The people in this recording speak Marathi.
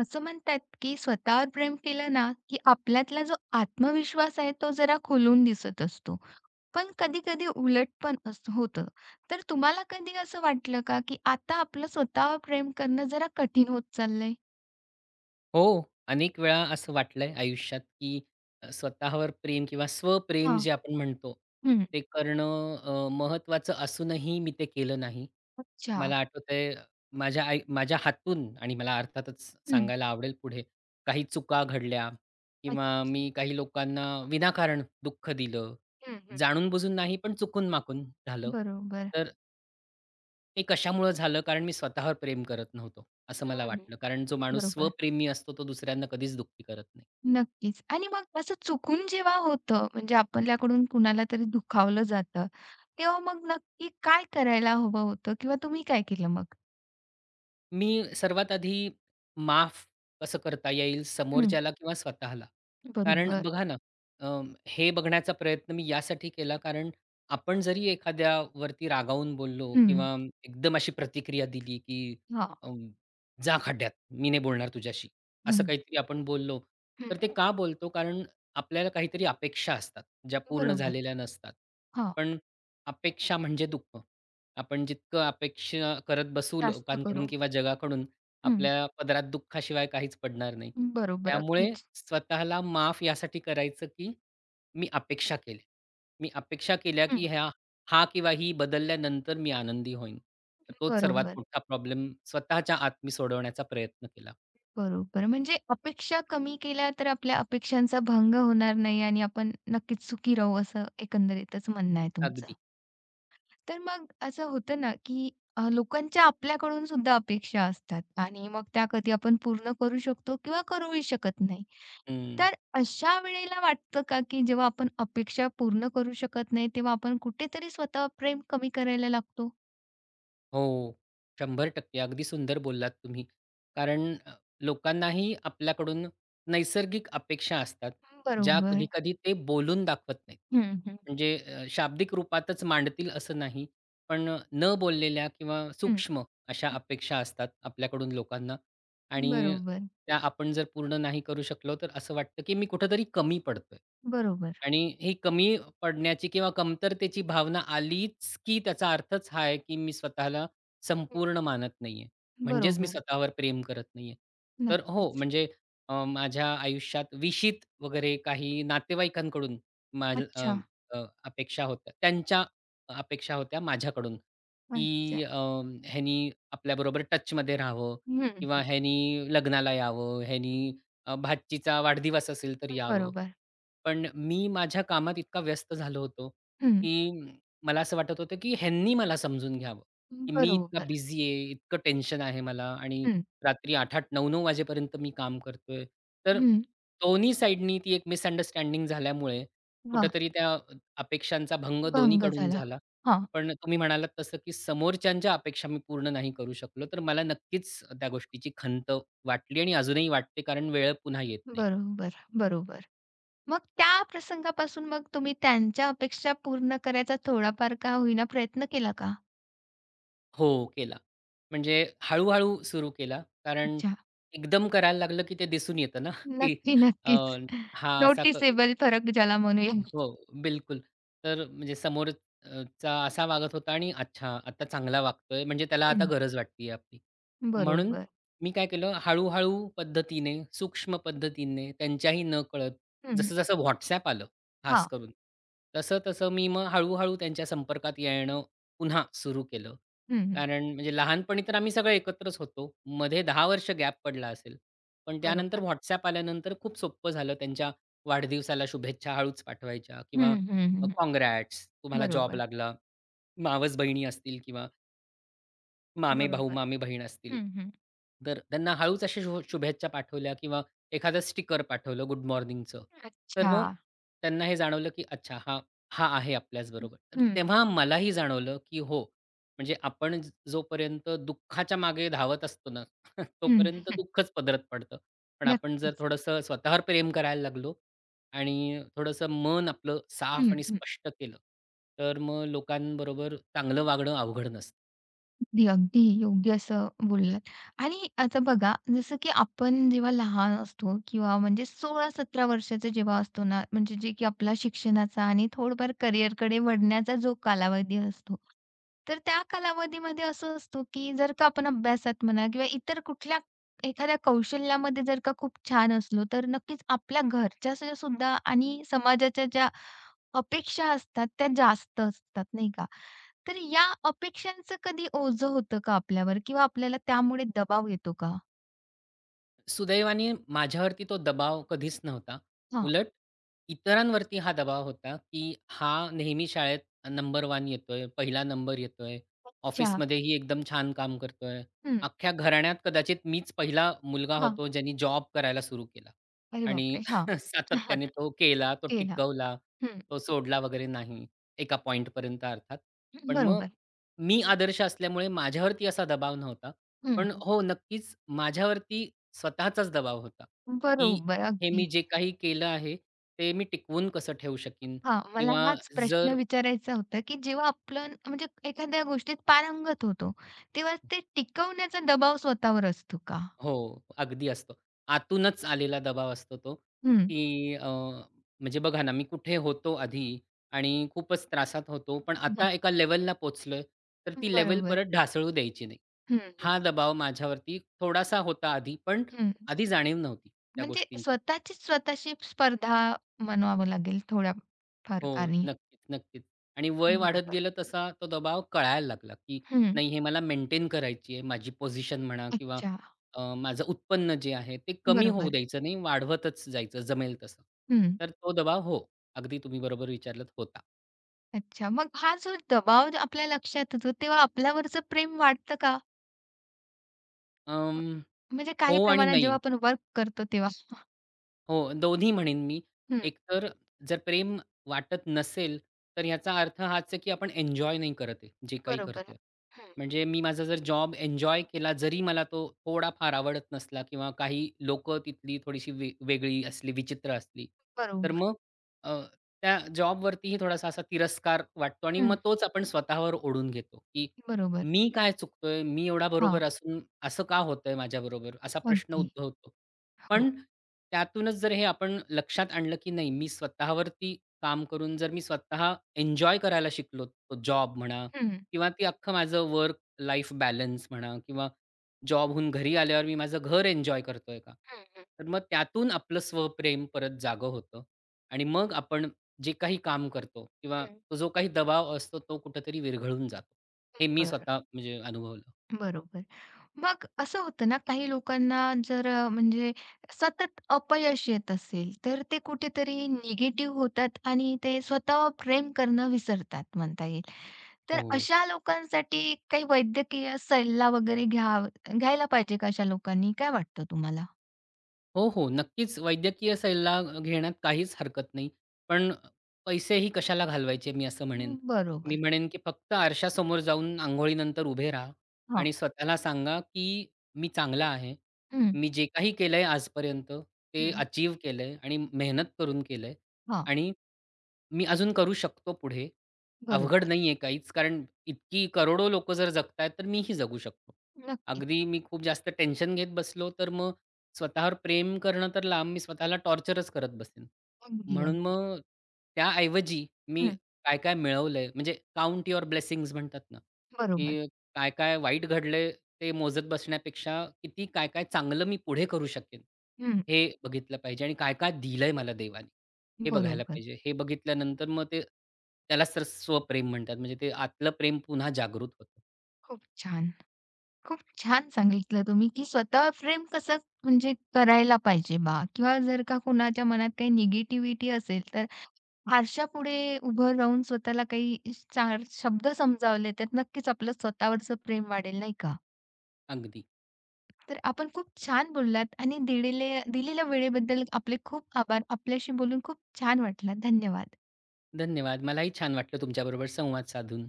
असं म्हणतात की स्वतःवर प्रेम केलं ना, की आपल्यातला जो आत्मविश्वास आहे तो जरा खुलून दिसत असतो. पण कधी-कधी उलट पण असं होतं. तर तुम्हाला कधी असं वाटलं का, की आता आपलं स्वतःवर प्रेम करणं जरा कठीण होत चाललंय? हो. अनेक वेळा असं वाटलंय आयुष्यात, की स्वतःवर प्रेम किंवा स्वप्रेम हां. जे आपण म्हणतो, हं. ते करणं महत्त्वाचं असूनही मी ते केलं नाही. अच्छा. मला आठवतंय माझ्या आई माझ्या हातून आणि मला अर्थातच हं. सांगायला आवडेल पुढे, काही चुका घडल्या अच्छा. किंवा मी काही लोकांना विनाकारण दुःख दिलं. हं, हं. जाणून-बुजून नाही, पण चुकून-माकून झालं. बरोबर. तर ते कशामुळं झालं? कारण मी स्वतःवर प्रेम करत नव्हतो, असं मला हं, वाटलं. कारण जो माणूस बरोबर. स्वप्रेमी असतो, तो दुसऱ्यांना कधीच दुःखी करत नाही. नक्कीच. आणि मग असं चुकून जेव्हा होतं म्हणजे आपल्याकडून कुणाला तरी दुखावलं जातं, तेव्हा मग नक्की काय करायला हवं होतं किंवा तुम्ही काय केलं मग? मी सर्वात आधी माफ कसं करता येईल समोरच्याला किंवा स्वतःला. कारण बरोबर. बघा ना, अ, हे बघण्याचा प्रयत्न मी यासाठी केला कारण आपण जरी एखाद्यावरती रागावून बोललो हं. किंवा एकदम अशी प्रतिक्रिया दिली, की हां. अ, "जा खड्ड्यात, मी नाही बोलणार तुझ्याशी." असं हं. काहीतरी आपण बोललो, हं. तर ते का बोलतो? कारण आपल्याला काहीतरी अपेक्षा असतात, ज्या पूर्ण बरोबर. झालेल्या नसतात. हां. पण अपेक्षा म्हणजे दुःख. आपण जितकं अपेक्षा करत बसू जास्त लोकांकडून करून. किंवा जगाकडून, हं. आपल्या पदरात दुःखाशिवाय काहीच पडणार नाही. बरोबर. त्यामुळे अगदीच. स्वतःला माफ यासाठी करायचं, की मी अपेक्षा केल्या. मी अपेक्षा केल्या, हं. की हा किंवा ही बदलल्यानंतर मी आनंदी होईन. तर तोच सर्वात बरोबर. मोठा प्रॉब्लेम स्वतःच्या आत मी सोडवण्याचा प्रयत्न केला. बरोबर. म्हणजे अपेक्षा कमी केल्या तर आपल्या अपेक्षांचा भंग होणार नाही आणि आपण नक्कीच सुखी राहू असं एकंदरीतच म्हणणं आहे तुमचं. अगदी. तर मग असं होतं ना, की लोकांच्या आपल्याकडून सुद्धा अपेक्षा असतात आणि मग त्या कधी आपण पूर्ण करू शकतो किंवा करूही शकत नाही. हं. तर अशा वेळेला वाटतं का, की जेव्हा आपण अपेक्षा पूर्ण करू शकत नाही, तेव्हा आपण कुठेतरी स्वतः प्रेम कमी करायला लागतो? हो. 100% अगदी सुंदर बोललात तुम्ही. कारण लोकांनाही आपल्याकडून नैसर्गिक अपेक्षा असतात, ज्या बरोबर. कधी-कधी ते बोलून दाखवत नाहीत. हं, हं. म्हणजे शाब्दिक रूपातच मांडतील असं नाही, पण न बोललेल्या किंवा हं. सूक्ष्म अशा अपेक्षा असतात आपल्याकडून लोकांना आणि बरोबर. त्या आपण जर पूर्ण नाही करू शकलो, तर असं वाटतं की मी कुठेतरी कमी पडतोय. बरोबर. आणि ही कमी पडण्याची किंवा कमतरतेची भावना आलीच, की त्याचा अर्थच हा आहे, की मी स्वतःला हं. संपूर्ण मानत नाहीये. म्हणजेच मी बरोबर. स्वतःवर प्रेम करत नाहीये. तर हो, नक्कीच. म्हणजे माझ्या आयुष्यात विशीत वगैरे काही नातेवाईकांकडून माझ अ, अच्छा. अ, अपेक्षा होत्या. त्यांच्या अपेक्षा होत्या माझ्याकडून, अच्छा. की ह्यानी आपल्याबरोबर टचमध्ये राहावं हं, हं. किंवा ह्यानी लग्नाला यावं, ह्यानी भाचीचा वाढदिवस असेल तर यावं. बरोबर. पण मी माझ्या कामात इतका व्यस्त झालो होतो, हं. की मला असं वाटत होतं, की ह्यांनी मला समजून घ्यावं, की मी इतका बरोबर. बिझी आहे, इतकं टेन्शन आहे मला आणि हं. रात्री 8:00-8:00, 9:00-9:00 वाजेपर्यंत मी काम करतोय. तर हं. दोन्ही साइडनी ती एक मिसअंडरस्टँडिंग झाल्यामुळे हां. कुठेतरी त्या अपेक्षांचा भंग भंग दोन्हीकडून झाला. झाला. हां. पण तुम्ही म्हणालात तसं, की समोरच्यांच्या अपेक्षा मी पूर्ण नाही करू शकलो, तर मला नक्कीच त्या गोष्टीची खंत वाटली आणि अजूनही वाटते कारण वेळ पुन्हा येत नाही. बरोबर, बरोबर. मग त्या प्रसंगापासून मग तुम्ही त्यांच्या अपेक्षा पूर्ण करायचा थोडाफार का होईना प्रयत्न केला का? हो, केला. म्हणजे हळू-हळू सुरू केला. कारण अच्छा. एकदम करायला लागलं, की ते दिसून येतं ना, की नक्की, अ, नक्कीच. हा असा क नोटिसेबल फरक ज्याला म्हणूया. हो, बिलकुल. तर म्हणजे समोरचा असा वागत होता आणि अच्छा, आता चांगला वागतोय म्हणजे त्याला आता हं. गरज वाटतीये आपली. म्हणून बरोबर. मी काय केलं, हळू-हळू पद्धतीने, सूक्ष्म पद्धतीने, त्यांच्याही नकळत, हं. जसं-जसं WhatsApp आलं, खास हां. करून, तसं-तसं मी मग हळू त्यांच्या संपर्कात येणं पुन्हा सुरू केलं. हं, हं. कारण म्हणजे लहानपणी तर आम्ही सगळे एकत्रच होतो. मध्ये 10 वर्ष गॅप पडला असेल. पण त्यानंतर बरोबर. WhatsApp आल्यानंतर खूप सोपं झालं. त्यांच्या वाढदिवसाला शुभेच्छा हळूच पाठवायच्या हं, किंवा हं, अ, हं, तुम्हाला जॉब बरोबर, लागला, मावस बहिणी असतील किंवा मामेभाऊ, बरोबर. मामीबहीण असतील, हं, हं. तर त्यांना हळूच अशा शुभेच्छा पाठवल्या किंवा एखादं स्टिकर पाठवलं गुड मॉर्निंगचं, तर अच्छा. मग त्यांना हे जाणवलं, की अच्छा हा, हा आहे आपल्याचबरोबर. तर हं, तेव्हा मलाही जाणवलं, की हो, म्हणजे आपण जोपर्यंत दुःखाच्या मागे धावत असतो ना, हं. तोपर्यंत दुःखच पदरात पडतं. पण आपण जर नक्कीच. थोडंसं स्वतःवर प्रेम करायला लागलो आणि थोडंसं मन आपलं साफ हं, आणि हं. स्पष्ट केलं, तर मग लोकांबरोबर चांगलं वागणं अवघड नसतं. अगदी, अगदी योग्य असं बोललात. आणि आता बघा, जसं की आपण जेव्हा लहान असतो किंवा म्हणजे 16-17 वर्षाचा जेव्हा असतो ना, म्हणजे जे की आपला शिक्षणाचा आणि थोडंफार करिअरकडे वळण्याचा जो कालावधी असतो. तर त्या कालावधीमध्ये असं असतो, की जर का आपण अभ्यासात म्हणा किंवा इतर कुठल्या एखाद्या कौशल्यामध्ये जर का खूप छान असलो, तर नक्कीच आपल्या घरच्यासुद्धा आणि समाजाच्या ज्या अपेक्षा असतात, त्या जास्त असतात, नाही का? तर या अपेक्षांचं कधी ओझं होतं का आपल्यावर किंवा आपल्याला त्यामुळे दबाव येतो का? सुदैवाने माझ्यावरती तो दबाव कधीच नव्हता. हां, उलट इतरांवरती हा दबाव होता, की हा नेहमी शाळेत नंबर 1 येतोय, पहिला नंबर येतोय, चहा ऑफिसमध्येही एकदम छान काम करतोय. हं, अख्ख्या घराण्यात कदाचित मीच पहिला मुलगा हां. होतो, ज्यांनी जॉब करायला सुरू केला अरे आणि बापरे! हां. सातत्याने तो केला, तो केला. टिकवला, हं, तो सोडला वगैरे नाही, एका पॉइंटपर्यंत अर्थात. पण मग बरोबर. मी आदर्श असल्यामुळे माझ्यावरती असा दबाव नव्हता. हं, पण हं. हो, नक्कीच माझ्यावरती स्वतःचाच दबाव होता, की बरोबर, हे मी अगदी. जे काही केलं आहे, ते मी टिकवून कसं ठेवू शकीन? हां, मला किंवा हाच प्रश्न जर विचारायचा होता, की जेव्हा आपण म्हणजे एखाद्या गोष्टीत पारंगत होतो, तेव्हा ते टिकवण्याचा दबाव स्वतःवर असतो का? हो, अगदी असतो. आतूनच आलेला दबाव असतो तो, हं. की म्हणजे बघा ना, मी कुठे होतो आधी आणि खूपच त्रासात होतो, पण आता एका लेव्हलला पोहोचलोय, तर ती लेव्हल बरोबर. परत ढासळू द्यायची नाही. हं, हं, हा दबाव माझ्यावरती थोडासा होता आधी, पण आधी जाणीव नव्हती त्या म्हणजे गोष्टींची. स्वतःचीच स्वतःशी स्पर्धा म्हणावं लागेल थोड्या हो. फरकाने. नक्कीच, नक्कीच. आणि वय वाढत बरोबर. गेलं तसा तो दबाव कळायला लागला, की हं. नाही हे मला मेंटेन करायची आहे. माझी पोझिशन म्हणा किंवा अच्छा. माझं उत्पन्न जे आहे ते कमी होऊ बरोबर. द्यायचं नाही, वाढवतच जायचं जमेल तसं. हं. तर तो दबाव हो, अगदी तुम्ही बरोबर विचारलंत होता. अच्छा. मग हा जो दबाव जो आपल्या लक्षात येतो, तेव्हा आपल्यावरचं प्रेम वाढतं का? अं, म्हणजे काही हो आणि प्रमाणात जेव्हा नाही. आपण वर्क करतो तेव्हा. हो, दोन्ही म्हणेन मी. हं. एकतर जर प्रेम वाटत नसेल, तर याचा अर्थ हाच आहे, की आपण एन्जॉय नाही करत आहे, जे काही बरोबर. करतोय. हं. म्हणजे मी माझा जर जॉब एन्जॉय केला, जरी मला तो थोडाफार आवडत नसला किंवा काही लोकं तिथली थोडीशी वेगळी असली, विचित्र असली, तर बरोबर. मग अ, त्या जॉबवरतीही थोडासा असा तिरस्कार वाटतो आणि मग हं. तोच आपण स्वतःवर ओढून घेतो, की बरोबर. मी काय चुकतोय? मी एवढा हां. बरोबर असून असं का होतंय माझ्याबरोबर? असा प्रश्न अगदी. उद्भवतो. पण हो. त्यातूनच जर हे आपण लक्षात आणलं, की नाही मी स्वतःवरती काम करून जर मी स्वतः एन्जॉय करायला शिकलो, तो जॉब म्हणा हं, किंवा ती अख्खं माझं वर्क लाईफ बॅलन्स म्हणा किंवा जॉबहून घरी आल्यावर मी माझं घर एन्जॉय करतोय का? हं, हं, तर मग त्यातून आपलं स्वप्रेम परत जागं होतं आणि मग आपण जे काही काम करतो किंवा हं. तो जो काही दबाव असतो, तो कुठेतरी विरघळून जातो. हे मी बरं. स्वतः म्हणजे अनुभवलं. बरोबर. मग असं होतं ना, काही लोकांना जर म्हणजे सतत अपयश येत असेल, तर ते कुठेतरी निगेटिव्ह होतात आणि ते स्वतःवर प्रेम करणं विसरतात म्हणता येईल. तर हो. अशा लोकांसाठी काही वैद्यकीय सल्ला वगैरे घ्यायला पाहिजे का अशा लोकांनी? काय वाटतं तुम्हाला? हो, हो. नक्कीच वैद्यकीय सल्ला घेण्यात काहीच हरकत नाही. पण पैसेही कशाला घालवायचे मी असं म्हणेन. मी बरोबर. म्हणेन, की फक्त आरशासमोर जाऊन अंघोळीनंतर उभे राहा हां. आणि स्वतःला सांगा, की मी चांगला आहे. हं. मी जे काही केलंय आजपर्यंत ते हं. अचीव्ह केलंय आणि मेहनत करून केलंय हां, आणि मी अजून करू शकतो पुढे. अवघड बरोबर. नाहीये काहीच, कारण इतकी करोडो लोकं जर जगतायत, तर मीही जगू शकतो. नक्कीच. अगदी मी खूप जास्त टेन्शन घेत बसलो, तर मग स्वतःवर प्रेम करणं तर लांब, मी स्वतःला टॉर्चरच करत बसेन. अगदी, म्हणून अगदी. मग त्याऐवजी मी हं, काय-काय मिळवलंय, म्हणजे काउंट युअर ब्लेसिंग्ज म्हणतात ना, बरोबर. की काय-काय वाईट घडलंय ते मोजत बसण्यापेक्षा किती काय-काय चांगलं मी पुढे करू शकेन, हं, हे बघितलं पाहिजे आणि काय-काय दिलंय मला देवाने. हे बघायला बरोबर. पाहिजे. हे बघितल्यानंतर मग ते त्यालाच तर स्वप्रेम म्हणतात. म्हणजे ते आतलं प्रेम पुन्हा जागृत होतं. खूप छान. खूप छान सांगितलं तुम्ही, की स्वतः फ्रेम कसं म्हणजे करायला पाहिजे बा किंवा जर का कुणाच्या मनात काही निगेटिव्हिटी असेल, तर आरशापुढे उभं राहून स्वतःला काही चार शब्द समजावले, तर नक्कीच आपलं स्वतःवरचं प्रेम वाढेल, नाही का? अगदी. तर आपण खूप छान बोललात आणि दिलेल्या दिलेल्या वेळेबद्दल आपले खूप आभार. आपल्याशी बोलून खूप छान वाटलं. धन्यवाद. धन्यवाद. मलाही छान वाटलं तुमच्याबरोबर संवाद साधून.